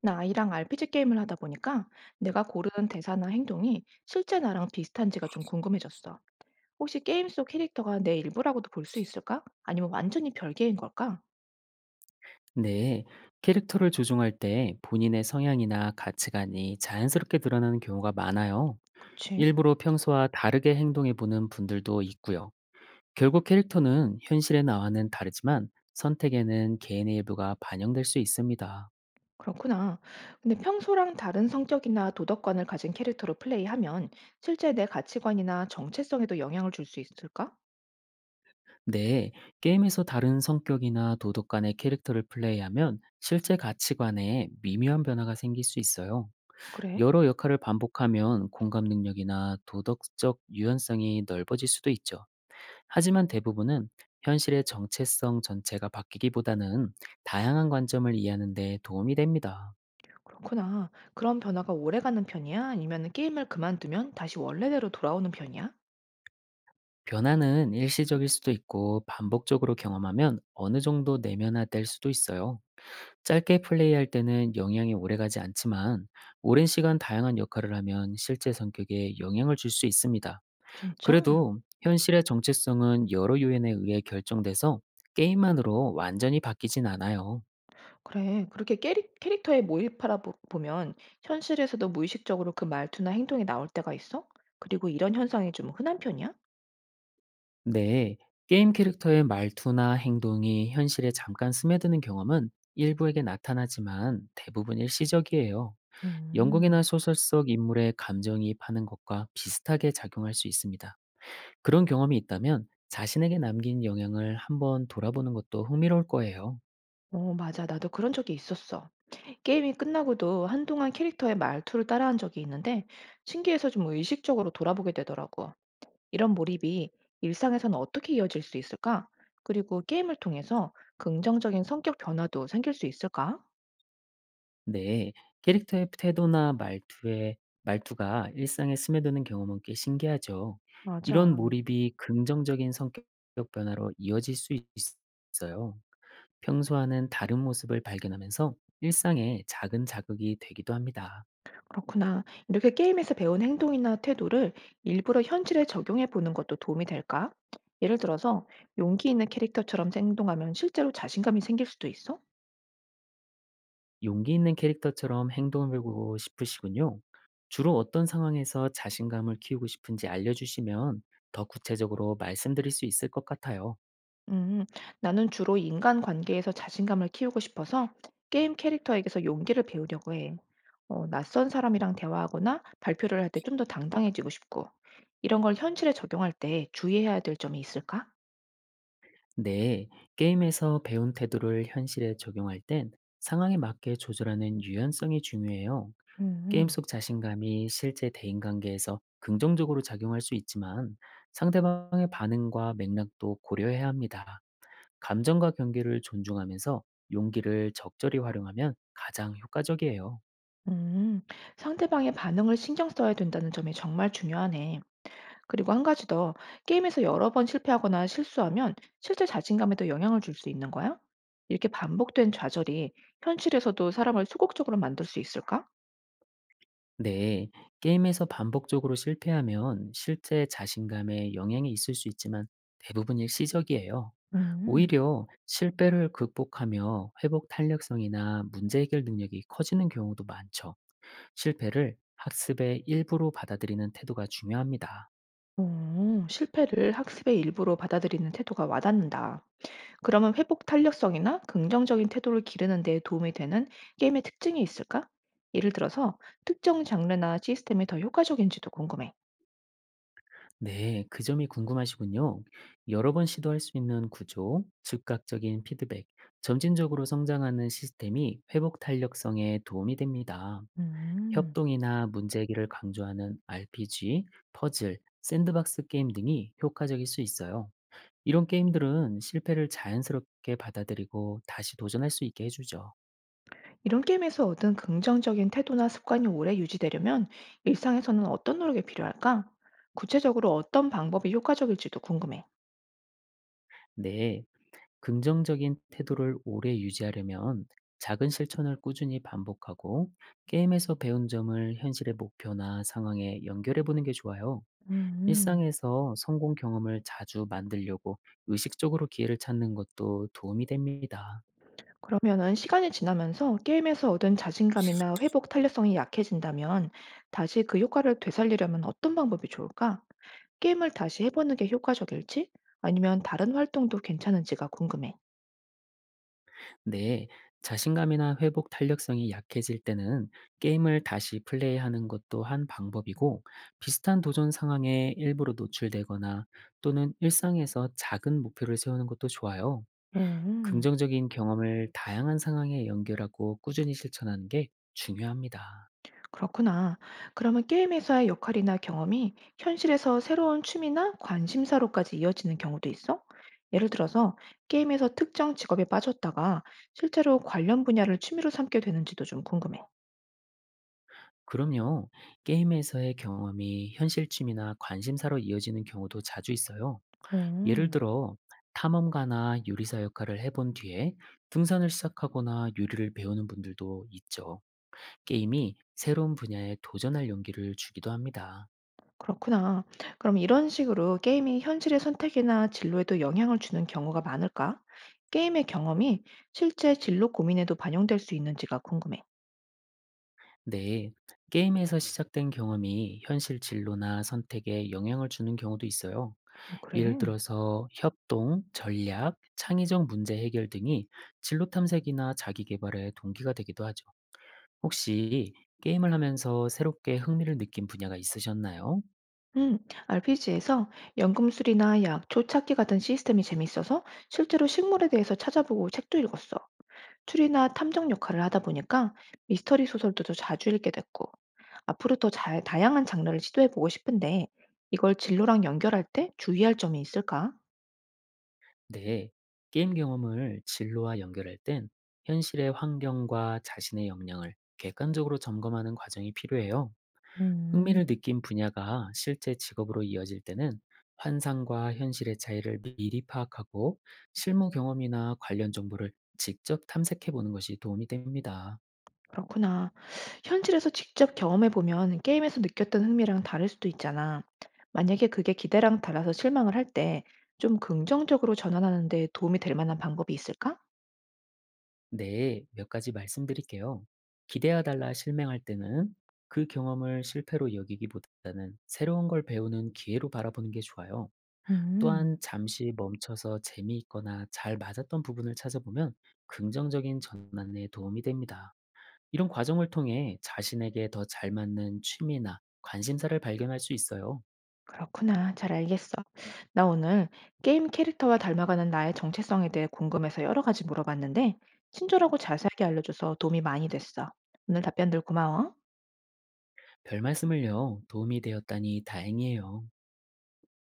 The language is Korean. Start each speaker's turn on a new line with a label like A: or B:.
A: 나 아이랑 RPG 게임을 하다 보니까 내가 고른 대사나 행동이 실제 나랑 비슷한지가 좀 궁금해졌어. 혹시 게임 속 캐릭터가 내 일부라고도 볼 수 있을까? 아니면 완전히 별개인 걸까?
B: 네, 캐릭터를 조종할 때 본인의 성향이나 가치관이 자연스럽게 드러나는 경우가 많아요.
A: 그치?
B: 일부러 평소와 다르게 행동해보는 분들도 있고요. 결국 캐릭터는 현실의 나와는 다르지만 선택에는 개인의 일부가 반영될 수 있습니다.
A: 그렇구나. 근데 평소랑 다른 성격이나 도덕관을 가진 캐릭터로 플레이하면 실제 내 가치관이나 정체성에도 영향을 줄 수 있을까?
B: 네, 게임에서 다른 성격이나 도덕 간의 캐릭터를 플레이하면 실제 가치관에 미묘한 변화가 생길 수 있어요.
A: 그래?
B: 여러 역할을 반복하면 공감 능력이나 도덕적 유연성이 넓어질 수도 있죠. 하지만 대부분은 현실의 정체성 전체가 바뀌기보다는 다양한 관점을 이해하는 데 도움이 됩니다.
A: 그렇구나. 그런 변화가 오래 가는 편이야? 아니면 게임을 그만두면 다시 원래대로 돌아오는 편이야?
B: 변화는 일시적일 수도 있고 반복적으로 경험하면 어느 정도 내면화될 수도 있어요. 짧게 플레이할 때는 영향이 오래가지 않지만 오랜 시간 다양한 역할을 하면 실제 성격에 영향을 줄 수 있습니다.
A: 진짜?
B: 그래도 현실의 정체성은 여러 요인에 의해 결정돼서 게임만으로 완전히 바뀌진 않아요.
A: 그래. 그렇게 캐릭 캐릭터에 몰입하다 보 보면 현실에서도 무의식적으로 그 말투나 행동이 나올 때가 있어? 그리고 이런 현상이 좀 흔한 편이야?
B: 네, 게임 캐릭터의 말투나 행동이 현실에 잠깐 스며드는 경험은 일부에게 나타나지만 대부분 일시적이에요. 연극이나
A: 음.
B: 소설 속 인물의 감정이입하는 것과 비슷하게 작용할 수 있습니다. 그런 경험이 있다면 자신에게 남긴 영향을 한번 돌아보는 것도 흥미로울 거예요.
A: 어, 맞아. 나도 그런 적이 있었어. 게임이 끝나고도 한동안 캐릭터의 말투를 따라한 적이 있는데 신기해서 좀 의식적으로 돌아보게 되더라고. 이런 몰입이 일상에서는 어떻게 이어질 수 있을까? 그리고 게임을 통해서 긍정적인 성격 변화도 생길 수 있을까?
B: 네, 캐릭터의 태도나 말투에 말투가 일상에 스며드는 경험은 꽤 신기하죠. 이런
A: 맞아.
B: 몰입이 긍정적인 성격 변화로 있어요. 평소와는 다른 모습을 발견하면서 일상의 작은 자극이 되기도 합니다.
A: 그렇구나. 이렇게 게임에서 배운 행동이나 태도를 일부러 현실에 적용해 보는 것도 도움이 될까? 예를 들어서 용기 있는 캐릭터처럼 행동하면 실제로 자신감이 생길 수도 있어?
B: 용기 있는 캐릭터처럼 행동을 보고 싶으시군요. 주로 어떤 상황에서 자신감을 키우고 싶은지 알려주시면 더 구체적으로 말씀드릴 수 있을 것 같아요.
A: 음, 나는 주로 인간 관계에서 자신감을 키우고 싶어서 게임 캐릭터에게서 용기를 배우려고 해. 낯선 사람이랑 대화하거나 발표를 할 때 좀 더 당당해지고 싶고, 이런 걸 현실에 적용할 때 주의해야 될 점이 있을까?
B: 네, 게임에서 배운 태도를 현실에 적용할 땐 상황에 맞게 조절하는 유연성이 중요해요. 게임
A: 음,
B: 속 자신감이 실제 대인관계에서 긍정적으로 작용할 수 있지만 상대방의 반응과 맥락도 고려해야 합니다. 감정과 경계를 존중하면서 용기를 적절히 활용하면 가장 효과적이에요.
A: 음. 상대방의 반응을 신경 써야 된다는 점이 정말 중요하네. 그리고 한 가지 더, 게임에서 여러 번 실패하거나 실수하면 실제 자신감에도 영향을 줄 수 있는 거야? 이렇게 반복된 좌절이 현실에서도 사람을 소극적으로 만들 수 있을까?
B: 네, 게임에서 반복적으로 실패하면 실제 자신감에 영향이 있을 수 있지만 대부분 일시적이에요.
A: 음,
B: 오히려 실패를 극복하며 회복 탄력성이나 문제 해결 능력이 커지는 경우도 많죠. 실패를 학습의 일부로 받아들이는 태도가 중요합니다.
A: 오, 실패를 학습의 일부로 받아들이는 태도가 와닿는다. 그러면 회복 탄력성이나 긍정적인 태도를 기르는 데 도움이 되는 게임의 특징이 있을까? 예를 들어서 특정 장르나 시스템이 더 효과적인지도 궁금해.
B: 네, 그 점이 궁금하시군요. 여러 번 시도할 수 있는 구조, 즉각적인 피드백, 점진적으로 성장하는 시스템이 회복 탄력성에 도움이 됩니다.
A: 음.
B: 협동이나 문제 해결을 강조하는 RPG, 퍼즐, 샌드박스 게임 등이 효과적일 수 있어요. 이런 게임들은 실패를 자연스럽게 받아들이고 다시 도전할 수 있게 해주죠.
A: 이런 게임에서 얻은 긍정적인 태도나 습관이 오래 유지되려면 일상에서는 어떤 노력이 필요할까? 구체적으로 어떤 방법이 효과적일지도 궁금해.
B: 네, 긍정적인 태도를 오래 유지하려면 작은 실천을 꾸준히 반복하고 게임에서 배운 점을 현실의 목표나 상황에 연결해 보는 게 좋아요.
A: 음,
B: 일상에서 성공 경험을 자주 만들려고 의식적으로 기회를 찾는 것도 도움이 됩니다.
A: 그러면은 시간이 지나면서 게임에서 얻은 자신감이나 회복 탄력성이 약해진다면 다시 그 효과를 되살리려면 어떤 방법이 좋을까? 게임을 다시 해보는 게 효과적일지 아니면 다른 활동도 괜찮은지가 궁금해.
B: 네, 자신감이나 회복 탄력성이 약해질 때는 게임을 다시 플레이하는 것도 한 방법이고 비슷한 도전 상황에 일부러 노출되거나 또는 일상에서 작은 목표를 세우는 것도 좋아요.
A: 음.
B: 긍정적인 경험을 다양한 상황에 연결하고 꾸준히 실천하는 게 중요합니다.
A: 그렇구나. 그러면 게임 회사의 역할이나 경험이 현실에서 새로운 취미나 관심사로까지 이어지는 경우도 있어? 예를 들어서 게임에서 특정 직업에 빠졌다가 실제로 관련 분야를 취미로 삼게 되는지도 좀 궁금해.
B: 그럼요. 게임에서의 경험이 현실쯤이나 관심사로 이어지는 경우도 자주 있어요. 예를
A: 음.
B: 들어, 탐험가나 요리사 역할을 해본 뒤에 등산을 시작하거나 요리를 배우는 분들도 있죠. 게임이 새로운 분야에 도전할 용기를 주기도 합니다.
A: 그렇구나. 그럼 이런 식으로 게임이 현실의 선택이나 진로에도 영향을 주는 경우가 많을까? 게임의 경험이 실제 진로 고민에도 반영될 수 있는지가 궁금해.
B: 네. 게임에서 시작된 경험이 현실 진로나 선택에 영향을 주는 경우도 있어요.
A: 어,
B: 예를
A: 그래.
B: 들어서 협동, 전략, 창의적 문제 해결 등이 진로 탐색이나 자기 개발의 동기가 되기도 하죠. 혹시 게임을 하면서 새롭게 흥미를 느낀 분야가 있으셨나요?
A: 음, RPG에서 연금술이나 약초 찾기 같은 시스템이 재밌어서 실제로 식물에 대해서 찾아보고 책도 읽었어. 추리나 탐정 역할을 하다 보니까 미스터리 소설도 더 자주 읽게 됐고, 앞으로 더 잘, 다양한 장르를 시도해 보고 싶은데, 이걸 진로랑 연결할 때 주의할 점이 있을까?
B: 네. 게임 경험을 진로와 연결할 땐 현실의 환경과 자신의 역량을 객관적으로 점검하는 과정이 필요해요.
A: 음.
B: 흥미를 느낀 분야가 실제 직업으로 이어질 때는 환상과 현실의 차이를 미리 파악하고 실무 경험이나 관련 정보를 직접 탐색해 보는 것이 도움이 됩니다.
A: 그렇구나. 현실에서 직접 경험해 보면 게임에서 느꼈던 흥미랑 다를 수도 있잖아. 만약에 그게 기대랑 달라서 실망을 할 때 좀 긍정적으로 전환하는 데 도움이 될 만한 방법이 있을까?
B: 네, 몇 가지 말씀드릴게요. 기대하달라 실맹할 때는 그 경험을 실패로 여기기보다는 새로운 걸 배우는 기회로 바라보는 게 좋아요. 또한
A: 음,
B: 잠시 멈춰서 재미있거나 잘 맞았던 부분을 찾아보면 긍정적인 전환에 도움이 됩니다. 이런 과정을 통해 자신에게 더 잘 맞는 취미나 관심사를 발견할 수 있어요.
A: 그렇구나. 잘 알겠어. 나 오늘 게임 캐릭터와 닮아가는 나의 정체성에 대해 궁금해서 여러 가지 물어봤는데, 친절하고 자세하게 알려줘서 도움이 많이 됐어. 오늘 답변들 고마워.
B: 별 말씀을요. 도움이 되었다니 다행이에요.